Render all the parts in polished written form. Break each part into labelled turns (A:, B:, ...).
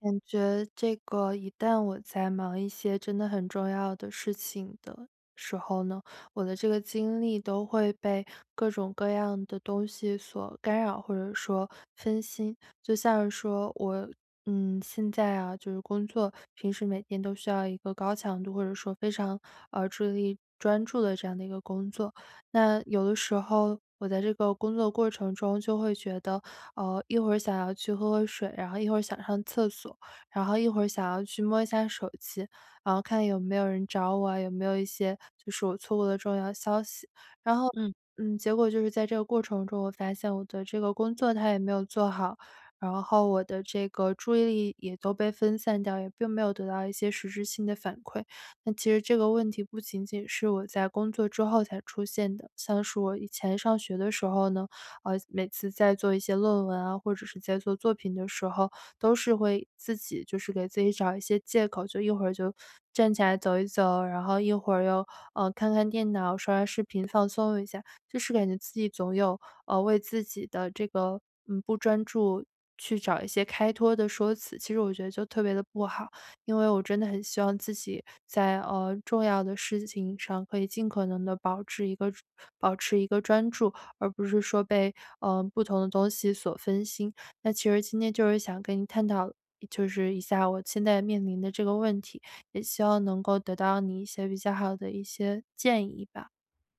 A: 感觉这个一旦我在忙一些真的很重要的事情的时候呢，我的这个精力都会被各种各样的东西所干扰，或者说分心。就像是说我，现在啊，就是工作，平时每天都需要一个高强度或者说非常注意力专注的这样的一个工作。那有的时候我在这个工作过程中就会觉得一会儿想要去喝喝水，然后一会儿想上厕所，然后一会儿想要去摸一下手机，然后看有没有人找我啊，有没有一些就是我错过的重要消息。然后，
B: 嗯
A: 结果就是在这个过程中，我发现我的这个工作它也没有做好，然后我的这个注意力也都被分散掉，也并没有得到一些实质性的反馈。那其实这个问题不仅仅是我在工作之后才出现的，像是我以前上学的时候呢。每次在做一些论文啊，或者是在做作品的时候，都是会自己就是给自己找一些借口，就一会儿就站起来走一走，然后一会儿又看看电脑、刷刷视频放松一下，就是感觉自己总有为自己的这个不专注。去找一些开脱的说辞，其实我觉得就特别的不好，因为我真的很希望自己在重要的事情上可以尽可能的保持一个专注，而不是说被不同的东西所分心。那其实今天就是想跟你探讨，就是一下我现在面临的这个问题，也希望能够得到你一些比较好的一些建议吧。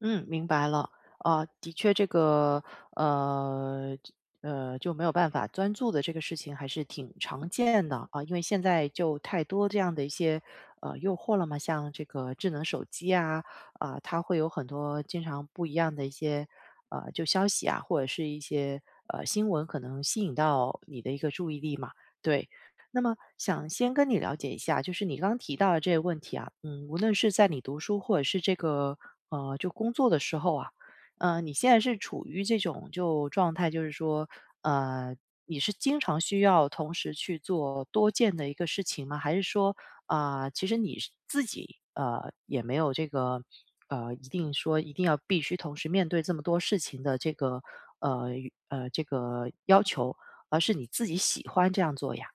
B: 嗯，明白了。啊，的确，这个呃呃就没有办法专注的这个事情还是挺常见的啊，因为现在就太多这样的一些诱惑了嘛，像这个智能手机啊，它会有很多经常不一样的一些就消息啊，或者是一些新闻，可能吸引到你的一个注意力嘛。对，那么想先跟你了解一下，就是你刚刚提到的这个问题啊，嗯，无论是在你读书或者是这个就工作的时候啊，你现在是处于这种就状态，就是说，呃，你是经常需要同时去做多件的一个事情吗？还是说，啊、其实你是自己也没有这个一定说一定要必须同时面对这么多事情的这个呃这个要求，而是你自己喜欢这样做呀？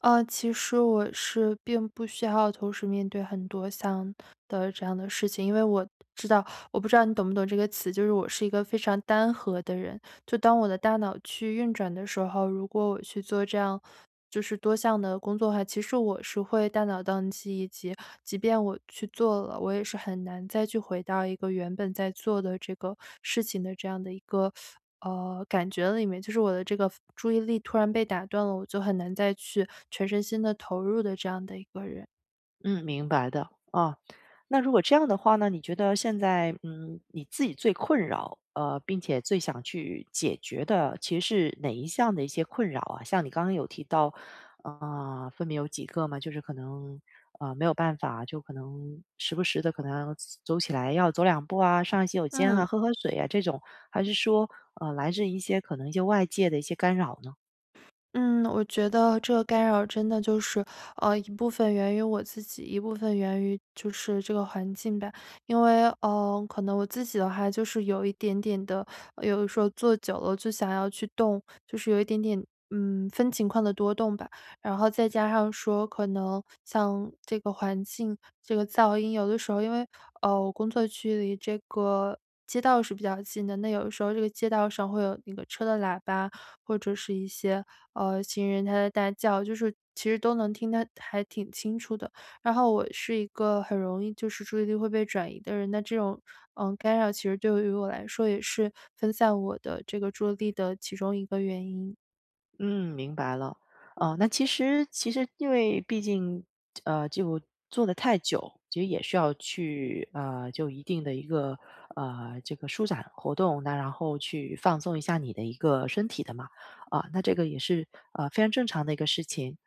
A: 其实我是并不需要同时面对很多项的这样的事情，因为我知道，我不知道你懂不懂这个词，就是我是一个非常单核的人。就当我的大脑去运转的时候，如果我去做这样就是多项的工作的话，其实我是会大脑宕机以及即便我去做了，我也是很难再去回到一个原本在做的这个事情的这样的一个感觉里面，就是我的这个注意力突然被打断了，我就很难再去全身心的投入的这样的一个人。
B: 嗯，明白的。啊，那如果这样的话呢，你觉得现在，嗯，你自己最困扰，并且最想去解决的，其实是哪一项的一些困扰啊？像你刚刚有提到，啊、分别有几个嘛，就是可能，没有办法，就可能时不时的可能要走起来要走两步啊，上一洗手间啊，
A: 嗯。
B: 喝喝水啊这种，还是说，来自一些可能一些外界的一些干扰呢？
A: 嗯，我觉得这个干扰真的就是，一部分源于我自己，一部分源于就是这个环境吧。因为，可能我自己的话就是有一点点的，有的时候坐久了就想要去动，就是有一点点，分情况的多动吧。然后再加上说，可能像这个环境，这个噪音，有的时候因为，我工作区离这个街道是比较近的，那有的时候这个街道上会有那个车的喇叭，或者是一些，行人他在大叫，就是其实都能听得还挺清楚的。然后我是一个很容易就是注意力会被转移的人，那这种，干扰其实对于我来说也是分散我的这个注意力的其中一个原因。
B: 嗯，明白了。哦，那其实其实因为毕竟，就做的太久，其实也需要去就一定的一个这个舒展活动，那然后去放松一下你的一个身体的嘛，啊，那这个也是非常正常的一个事情。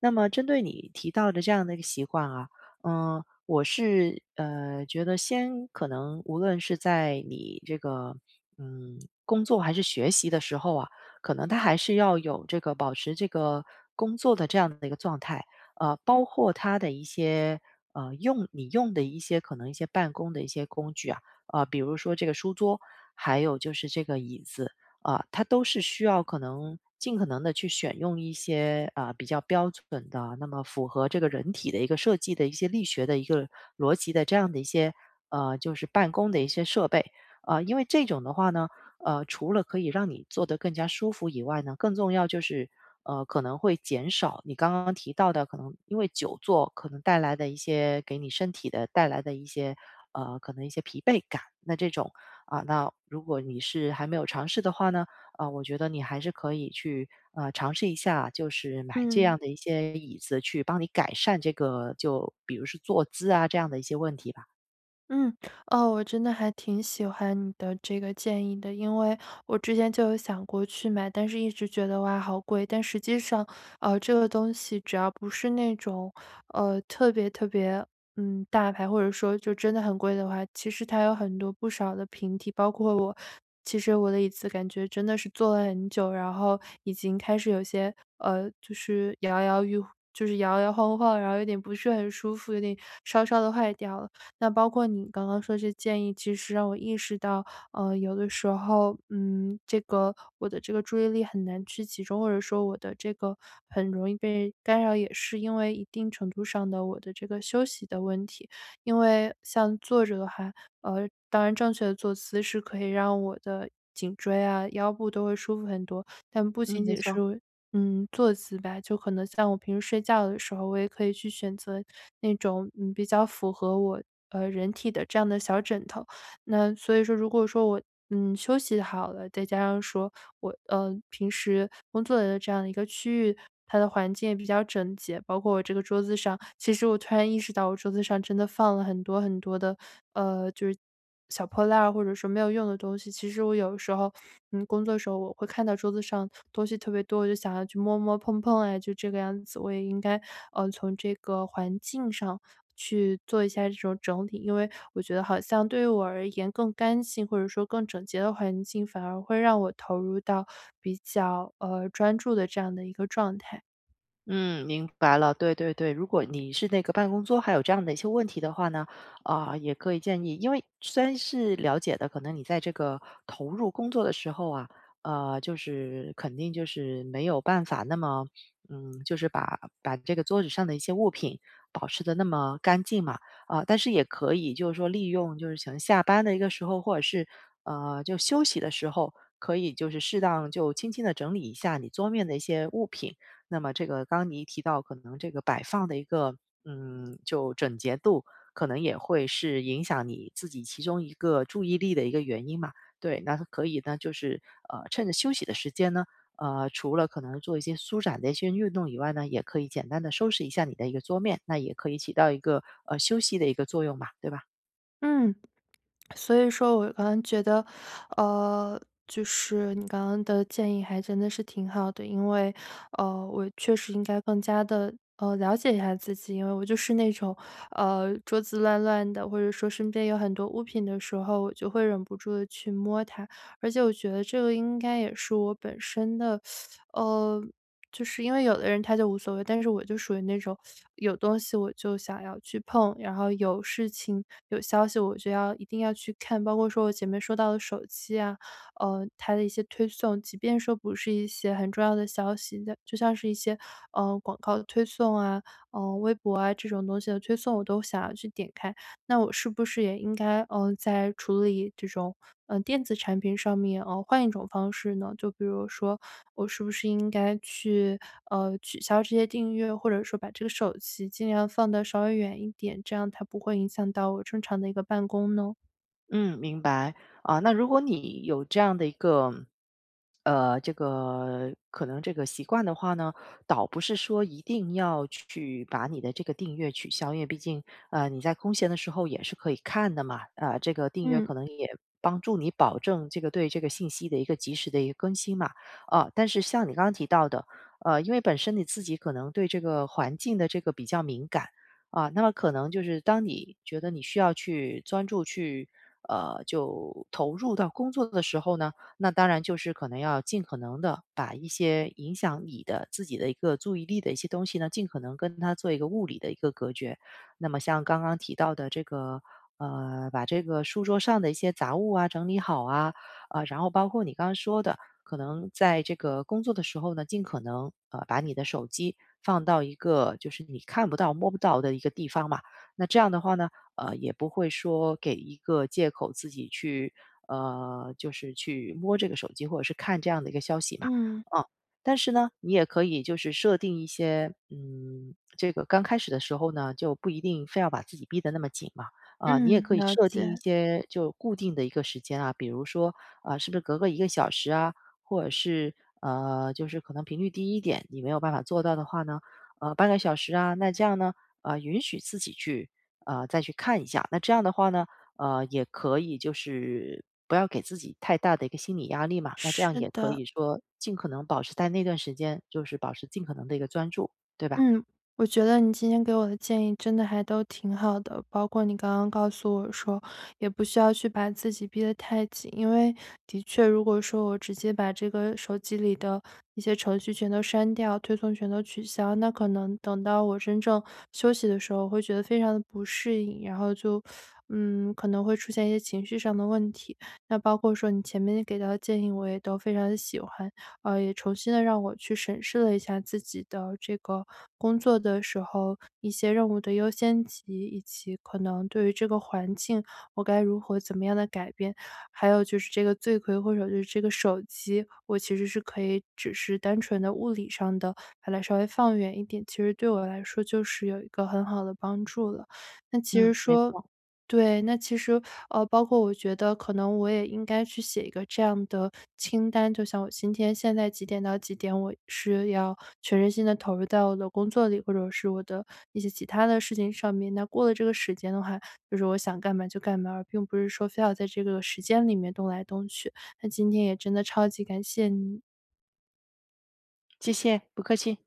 B: 那么针对你提到的这样的一个习惯啊，嗯，我是觉得先可能无论是在你这个嗯工作还是学习的时候啊，可能他还是要有这个保持这个工作的这样的一个状态，包括他的一些用你用的一些可能一些办公的一些工具啊，比如说这个书桌，还有就是这个椅子。啊，它都是需要可能尽可能的去选用一些，啊，比较标准的，那么符合这个人体的一个设计的一些力学的一个逻辑的这样的一些，就是办公的一些设备。啊，因为这种的话呢，除了可以让你坐得更加舒服以外呢，更重要就是，可能会减少你刚刚提到的可能因为久坐可能带来的一些给你身体的带来的一些，可能一些疲惫感，那这种啊，那如果你是还没有尝试的话呢，啊，我觉得你还是可以去尝试一下，就是买这
A: 嗯。
B: 样的一些椅子去帮你改善这个，就比如是坐姿啊这样的一些问题吧。
A: 嗯，哦，我真的还挺喜欢你的这个建议的，因为我之前就有想过去买，但是一直觉得哇好贵，但实际上，这个东西只要不是那种，特别特别，大牌或者说就真的很贵的话，其实它有很多不少的平替，包括我，其实我的椅子感觉真的是坐了很久，然后已经开始有些，就是摇摇欲。就是摇摇晃晃，然后有点不是很舒服，有点稍稍的坏掉了。那包括你刚刚说这建议，其实让我意识到，有的时候，这个我的这个注意力很难去集中，或者说我的这个很容易被干扰，也是因为一定程度上的我的这个休息的问题。因为像坐着的话，当然正确的坐姿是可以让我的颈椎啊、腰部都会舒服很多。但不
B: 嗯，
A: 仅
B: 没
A: 仅是
B: 错。
A: 坐姿吧，就可能像我平时睡觉的时候，我也可以去选择那种比较符合我人体的这样的小枕头。那所以说如果说我，休息好了，再加上说我，平时工作的这样的一个区域，它的环境也比较整洁，包括我这个桌子上其实我突然意识到我桌子上真的放了很多很多的，就是小破烂儿或者说没有用的东西。其实我有时候，工作时候我会看到桌子上东西特别多，我就想要去摸摸碰碰哎，就这个样子。我也应该，从这个环境上去做一下这种整理。因为我觉得好像对于我而言，更干净或者说更整洁的环境，反而会让我投入到比较专注的这样的一个状态。
B: 嗯，明白了。对对对，如果你是那个办公桌还有这样的一些问题的话呢，啊、也可以建议，因为虽然是了解的，可能你在这个投入工作的时候啊，就是肯定就是没有办法那么，嗯，就是把这个桌子上的一些物品保持的那么干净嘛，啊、但是也可以就是说利用就是想下班的一个时候，或者是就休息的时候，可以就是适当就轻轻的整理一下你桌面的一些物品。那么这个刚刚你提到可能这个摆放的一个，嗯，就整洁度，可能也会是影响你自己其中一个注意力的一个原因嘛。对，那可以呢，就是趁着休息的时间呢，除了可能做一些舒展的一些运动以外呢，也可以简单的收拾一下你的一个桌面，那也可以起到一个休息的一个作用嘛，对吧？
A: 嗯。所以说我刚刚觉得，呃，就是你刚刚的建议还真的是挺好的，因为，我确实应该更加的了解一下自己，因为我就是那种桌子乱乱的，或者说身边有很多物品的时候，我就会忍不住的去摸它，而且我觉得这个应该也是我本身的，呃。就是因为有的人他就无所谓，但是我就属于那种有东西我就想要去碰，然后有事情有消息我就要一定要去看，包括说我前面说到的手机啊，它的一些推送，即便说不是一些很重要的消息的，就像是一些广告的推送啊，微博啊这种东西的推送，我都想要去点开。那我是不是也应该，在处理这种，电子产品上面，换一种方式呢？就比如说我是不是应该去，取消这些订阅，或者说把这个手机尽量放的稍微远一点，这样它不会影响到我正常的一个办公呢？
B: 嗯，明白。啊，那如果你有这样的一个，这个可能这个习惯的话呢，倒不是说一定要去把你的这个订阅取消，因为毕竟，你在空闲的时候也是可以看的嘛。啊，这个订阅
A: 嗯。
B: 可能也帮助你保证这个对这个信息的一个及时的一个更新嘛。啊，但是像你刚刚提到的，因为本身你自己可能对这个环境的这个比较敏感。啊，那么可能就是当你觉得你需要去专注去就投入到工作的时候呢，那当然就是可能要尽可能的把一些影响你的自己的一个注意力的一些东西呢，尽可能跟它做一个物理的一个隔绝。那么像刚刚提到的这个，把这个书桌上的一些杂物啊整理好啊，啊、然后包括你刚刚说的，可能在这个工作的时候呢，尽可能把你的手机放到一个就是你看不到摸不到的一个地方嘛。那这样的话呢，也不会说给一个借口自己去，就是去摸这个手机或者是看这样的一个消息嘛，
A: 嗯。
B: 啊，但是呢，你也可以就是设定一些，嗯，这个刚开始的时候呢，就不一定非要把自己逼得那么紧嘛，啊，你也
A: 嗯，
B: 可以
A: 了
B: 设定一
A: 解。
B: 些就固定的一个时间啊，比如说，啊，是不是隔个一个小时啊，或者是，就是可能频率低一点，你没有办法做到的话呢，半个小时啊，那这样呢，啊，允许自己去再去看一下。那这样的话呢，也可以就是不要给自己太大的一个心理压力嘛，那这样
A: 是
B: 也可
A: 的。
B: 以说尽可能保持在那段时间，就是保持尽可能的一个专注，对吧？
A: 嗯，我觉得你今天给我的建议真的还都挺好的，包括你刚刚告诉我说，也不需要去把自己逼得太紧，因为的确，如果说我直接把这个手机里的一些程序全都删掉，推送全都取消，那可能等到我真正休息的时候，我会觉得非常的不适应，然后就，可能会出现一些情绪上的问题。那包括说你前面给到的建议，我也都非常的喜欢，也重新的让我去审视了一下自己的这个工作的时候，一些任务的优先级，以及可能对于这个环境，我该如何怎么样的改变。还有就是这个罪魁祸首就是这个手机，我其实是可以只是单纯的物理上的把它稍微放远一点，其实对我来说就是有一个很好的帮助了。那其
B: 嗯，
A: 实
B: 没
A: 说
B: 错，
A: 对，那其实，包括我觉得可能我也应该去写一个这样的清单，就像我今天现在几点到几点，我是要全身心的投入到我的工作里，或者是我的一些其他的事情上面。那过了这个时间的话，就是我想干嘛就干嘛，而并不是说非要在这个时间里面动来动去。那今天也真的超级感谢你。
B: 谢谢，不客气。